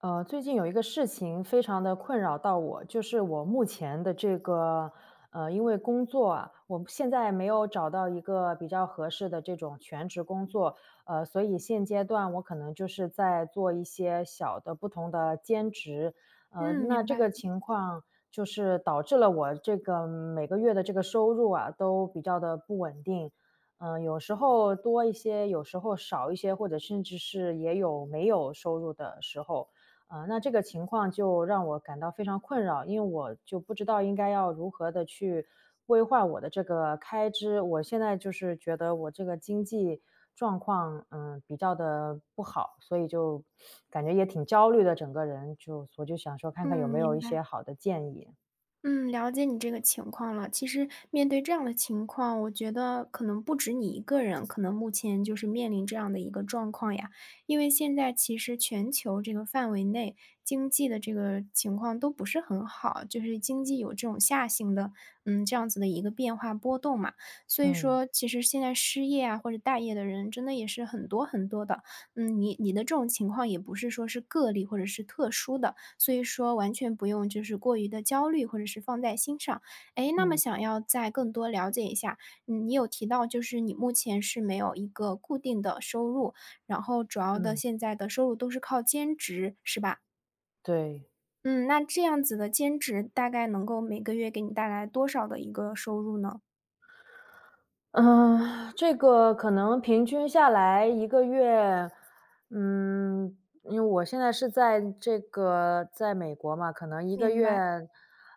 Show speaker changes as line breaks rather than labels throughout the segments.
最近有一个事情非常的困扰到我，就是我目前的这个，因为工作啊，我现在没有找到一个比较合适的这种全职工作，所以现阶段我可能就是在做一些小的不同的兼职，
嗯，
那
明
这
白，
个情况就是导致了我这个每个月的这个收入啊，都比较的不稳定。有时候多一些，有时候少一些，或者甚至是也有没有收入的时候。那这个情况就让我感到非常困扰，因为我就不知道应该要如何的去规划我的这个开支。我现在就是觉得我这个经济状况，比较的不好，所以就感觉也挺焦虑的，整个人就我就想说看
嗯，
看有没有一
明
些
白，
好的建议。
嗯，了解你这个情况了。其实面对这样的情况，我觉得可能不止你一个人，可能目前就是面临这样的一个状况呀。因为现在其实全球这个范围内经济的这个情况都不是很好，就是经济有这种下行的，这样子的一个变化波动嘛。所以
嗯，
说，其实现在失业啊或者待业的人真的也是很多很多的。你的这种情况也不是说是个例或者是特殊的。所以说完全不用就是过于的焦虑或者是放在心上。哎，那么
嗯，
想要再更多了解一下，你有提到就是你目前是没有一个固定的收入，然后主要的
嗯，
现在的收入都是靠兼职，是吧？
对。
嗯，那这样子的兼职大概能够每个月给你带来多少的一个收入呢？
嗯，这个可能平均下来一个月，嗯，因为我现在是在这个在美国嘛，可能一个
明
月
白，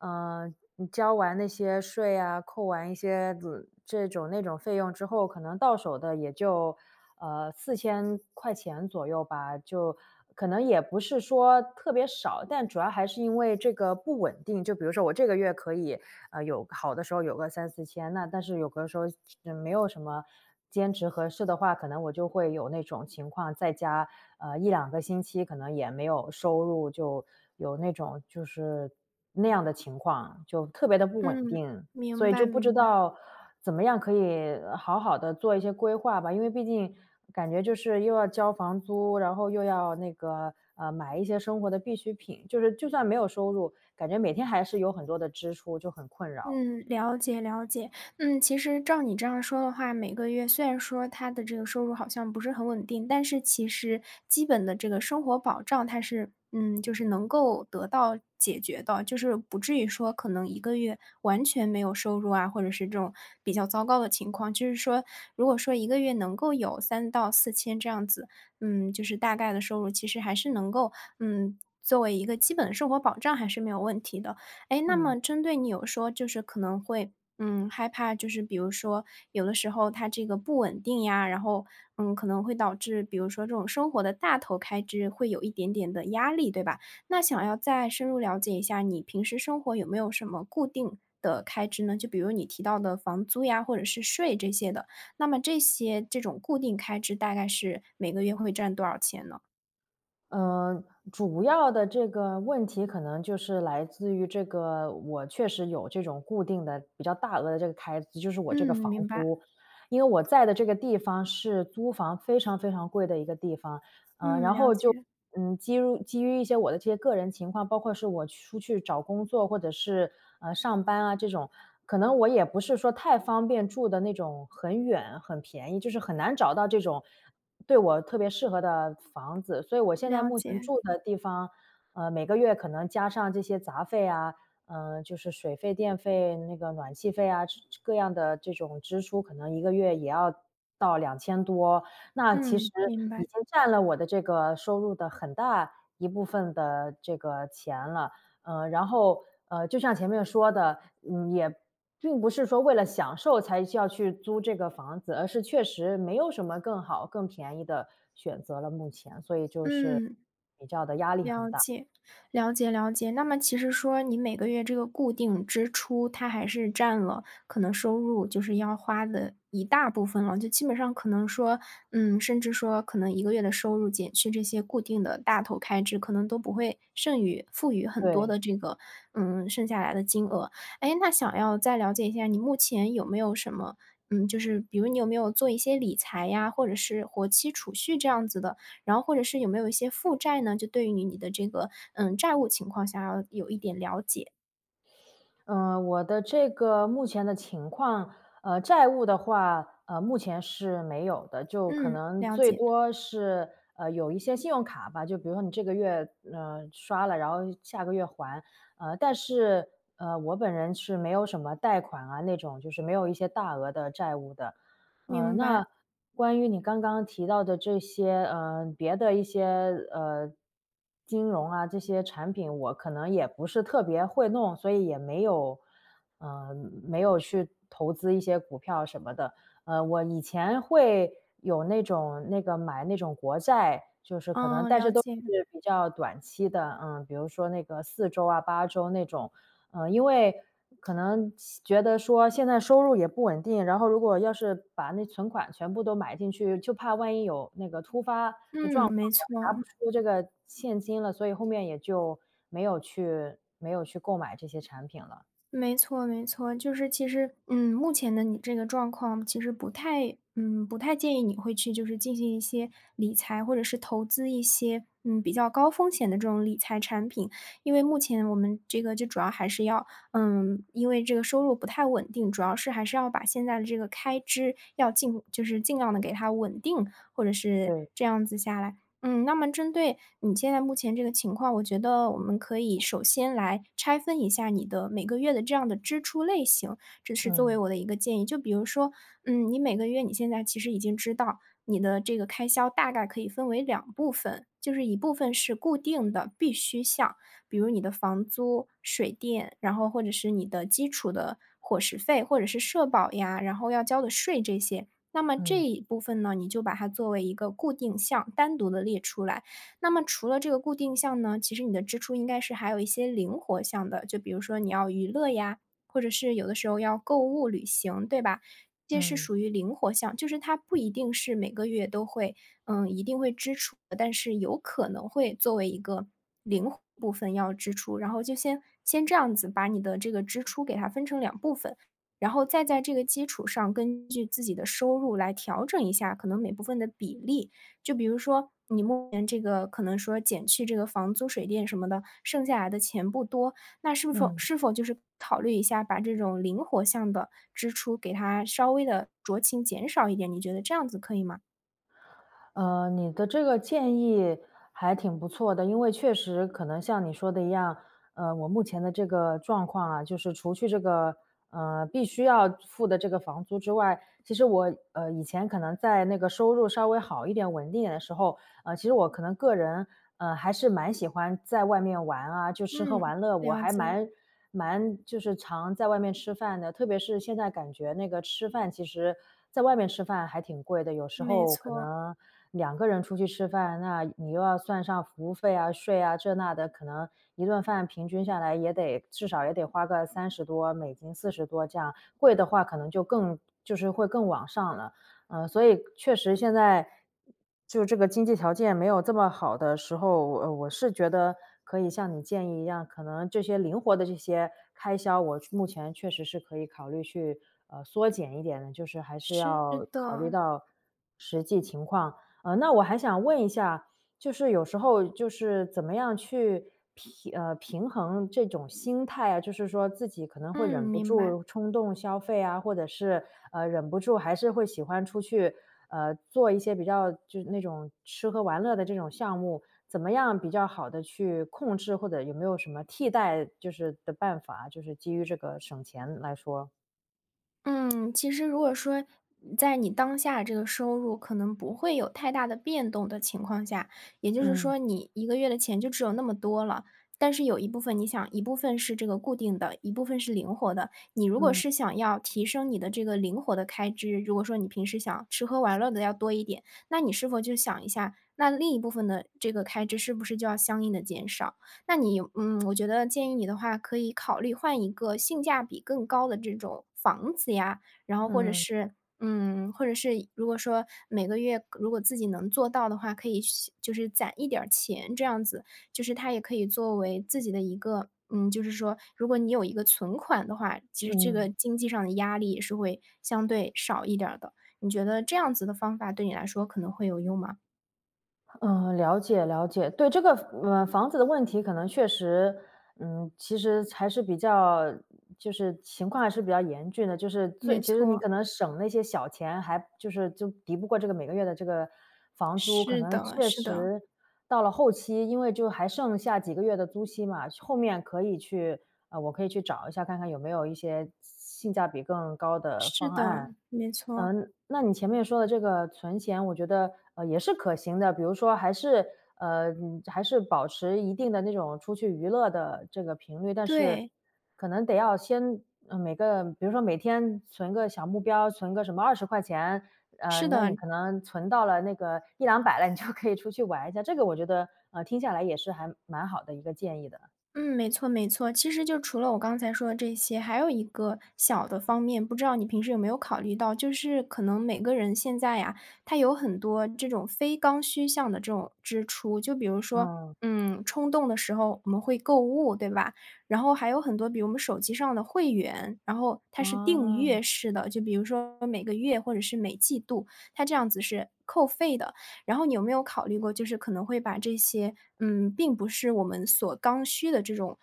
你交完那些税啊，扣完一些子这种那种费用之后，可能到手的也就4000块钱左右吧，就可能也不是说特别少，但主要还是因为这个不稳定。就比如说我这个月可以有好的时候有个三四千，那但是有的时候没有什么。兼职合适的话，可能我就会有那种情况，在家一两个星期，可能也没有收入，就有那种就是那样的情况，就特别的不稳
嗯，
定，所
明
以
白
就不知
明白。
道怎么样可以好好的做一些规划吧。因为毕竟感觉就是又要交房租，然后又要那个，买一些生活的必需品，就是就算没有收入，感觉每天还是有很多的支出，就很困扰。
嗯，了解了解。其实照你这样说的话，每个月虽然说他的这个收入好像不是很稳定，但是其实基本的这个生活保障，它是就是能够得到解决的，就是不至于说可能一个月完全没有收入啊，或者是这种比较糟糕的情况。就是说，如果说一个月能够有三到四千这样子，就是大概的收入，其实还是能够作为一个基本的生活保障还是没有问题的。哎诶，那
嗯。
么针对你有说就是可能会，害怕就是比如说有的时候它这个不稳定呀，然后，可能会导致比如说这种生活的大头开支会有一点点的压力，对吧？那想要再深入了解一下你平时生活有没有什么固定的开支呢？就比如你提到的房租呀，或者是税这些的，那么这些这种固定开支大概是每个月会占多少钱呢？
嗯，主要的这个问题可能就是来自于这个，我确实有这种固定的比较大额的这个开支，就是我这个
嗯，
房
明白。
租。因为我在的这个地方是租房非常非常贵的一个地方，
嗯，
然
了
后就，
解，
基于一些我的这些个人情况，包括是我出去找工作或者是，上班啊这种，可能我也不是说太方便住的那种很远很便宜，就是很难找到这种对我特别适合的房子。所以我现在
了
目前
解。
住的地方，每个月可能加上这些杂费啊，就是水费、电费、那个暖气费啊，这各样的这种支出，可能一个月也要到2000多，那其实
嗯，明
已
白。
经占了我的这个收入的很大一部分的这个钱了。呃，然后，就像前面说的，也并不是说为了享受才需要去租这个房子，而是确实没有什么更好、更便宜的选择了目前，所以就是
嗯。
比较的压力很
了
大。
解，了解了解。那么其实说你每个月这个固定支出，它还是占了可能收入就是要花的一大部分了，就基本上可能说，甚至说可能一个月的收入减去这些固定的大头开支，可能都不会剩余富余很多
对。
的这个，剩下来的金额。哎，那想要再了解一下，你目前有没有什么，就是比如你有没有做一些理财呀，或者是活期储蓄这样子的？然后或者是有没有一些负债呢？就对于你的这个，债务情况想要有一点了解。
我的这个目前的情况，债务的话，目前是没有的，就可
嗯，
能
了
最
解，
多是，有一些信用卡吧，就比如说你这个月，刷了，然后下个月还，呃，但是，我本人是没有什么贷款啊那种，就是没有一些大额的债务的。
明白，
那关于你刚刚提到的这些，别的一些呃，金融啊这些产品，我可能也不是特别会弄，所以也没有，没有去投资一些股票什么的。我以前会有那种那个买那种国债，就是可能，
嗯，
但
了
是都
解，
是比较短期的，比如说那个4周啊、8周那种，因为可能觉得说现在收入也不稳定，然后如果要是把那存款全部都买进去，就怕万一有那个突发的状
嗯，
况，
没错。
拿不出这个现金了，所以后面也就没有去购买这些产品了。
没错没错，就是其实，目前的你这个状况，其实不太，不太建议你会去就是进行一些理财，或者是投资一些，比较高风险的这种理财产品。因为目前我们这个就主要还是要，因为这个收入不太稳定，主要是还是要把现在的这个开支要尽，就是尽量的给它稳定，或者是
对，
这样子下来。那么针对你现在目前这个情况，我觉得我们可以首先来拆分一下你的每个月的这样的支出类型，这是作为
嗯
我的一个建议。就比如说，你每个月你现在其实已经知道你的这个开销大概可以分为两部分，就是一部分是固定的必须项，比如你的房租、水电，然后或者是你的基础的伙食费或者是社保呀，然后要交的税这些。那么
嗯
这一部分呢，你就把它作为一个固定项单独的列出来。那么除了这个固定项呢，其实你的支出应该是还有一些灵活项的，就比如说你要娱乐呀，或者是有的时候要购物、旅行，对吧？这些是
嗯
属于灵活项，就是它不一定是每个月都会一定会支出的但是有可能会作为一个灵活部分要支出。然后就先这样子把你的这个支出给它分成两部分，然后再在这个基础上，根据自己的收入来调整一下可能每部分的比例。就比如说你目前这个可能说减去这个房租、水电什么的，剩下来的钱不多，那是否
嗯。
是否就是考虑一下把这种灵活项的支出给它稍微的酌情减少一点，你觉得这样子可以吗？
你的这个建议还挺不错的，因为确实可能像你说的一样，我目前的这个状况啊，就是除去这个必须要付的这个房租之外，其实我以前可能在那个收入稍微好一点、稳定一点的时候，其实我可能个人还是蛮喜欢在外面玩啊，就吃喝
嗯，
玩乐，我
了
还
解，
蛮就是常在外面吃饭的，特别是现在感觉那个吃饭其实在外面吃饭还挺贵的，有时
没
候可
错，
能两个人出去吃饭，那你又要算上服务费啊、税啊这那的，可能一顿饭平均下来也得至少也得花个30多美金、40多这样，贵的话可能就更就是会更往上了。所以确实现在就这个经济条件没有这么好的时候，我是觉得可以像你建议一样，可能这些灵活的这些开销，我目前确实是可以考虑去缩减一点的，就是还是
是
要考虑
的，
到实际情况。那我还想问一下，就是有时候就是怎么样去平衡这种心态啊，就是说自己可能会
嗯，
忍不
明白。
住冲动消费啊，或者是忍不住还是会喜欢出去，做一些比较就是那种吃喝玩乐的这种项目，怎么样比较好的去控制，或者有没有什么替代就是的办法，就是基于这个省钱来说？
嗯，其实如果说在你当下这个收入可能不会有太大的变动的情况下，也就是
嗯，
说你一个月的钱就只有那么多了，但是有一部分你想，一部分是这个固定的，一部分是灵活的。你如果
嗯，
是想要提升你的这个灵活的开支，如果说你平时想吃喝玩乐的要多一点，那你是否就想一下，那另一部分的这个开支是不是就要相应的减少？那你我觉得建议你的话，可以考虑换一个性价比更高的这种房子呀，然后或者
嗯，
是或者是如果说每个月如果自己能做到的话，可以去就是攒一点儿钱，这样子，就是它也可以作为自己的一个就是说，如果你有一个存款的话，其实这个
嗯。
经济上的压力也是会相对少一点儿的。你觉得这样子的方法对你来说可能会有用吗？
嗯，了解了解。对，这个，房子的问题可能确实，其实还是比较就是情况还是比较严峻的，就是最
没
其实你
错，
可能省那些小钱还就是就敌不过这个每个月的这个房租，可
是
能
的，
确
是的。
实到了后期，因为就还剩下几个月的租期嘛，后面可以去，我可以去找一下看看有没有一些性价比更高的
是
方
的，
案。
没错，
那你前面说的这个存钱，我觉得也是可行的。比如说，还是还是保持一定的那种出去娱乐的这个频率，但是
对，
可能得要先每个，比如说每天存个小目标，存个什么20块钱，
是
那
的，
你可能存到了那个一两百了，你就可以出去玩一下。这个我觉得听下来也是还蛮好的一个建议的。
嗯，没错没错。其实就除了我刚才说的这些，还有一个小的方面，不知道你平时有没有考虑到，就是可能每个人现在呀，他有很多这种非刚需项的这种支出，就比如说，
嗯，
冲动的时候我们会购物，对吧？然后还有很多，比如我们手机上的会员，然后它是订
哦，
阅式的，就比如说每个月或者是每季度，它这样子是扣费的。然后你有没有考虑过，就是可能会把这些，并不是我们所刚需的这种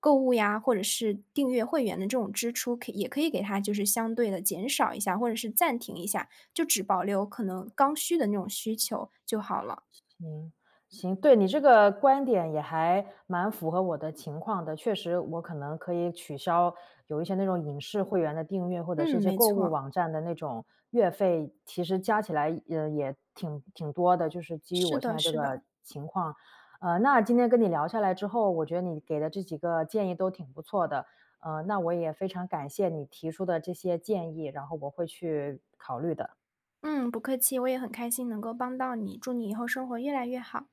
购物呀，或者是订阅会员的这种支出，可也可以给它就是相对的减少一下，或者是暂停一下，就只保留可能刚需的那种需求就好了。
行，行，对，你这个观点也还蛮符合我的情况的。确实，我可能可以取消有一些那种影视会员的订阅，或者是一
嗯，
些
没
购物
错，
网站的那种月费，其实加起来，也挺挺多的，就是基于
是
我现
的
在这
是
个
的。
情况。那今天跟你聊下来之后，我觉得你给的这几个建议都挺不错的。那我也非常感谢你提出的这些建议，然后我会去考虑的。
嗯，不客气，我也很开心能够帮到你，祝你以后生活越来越好。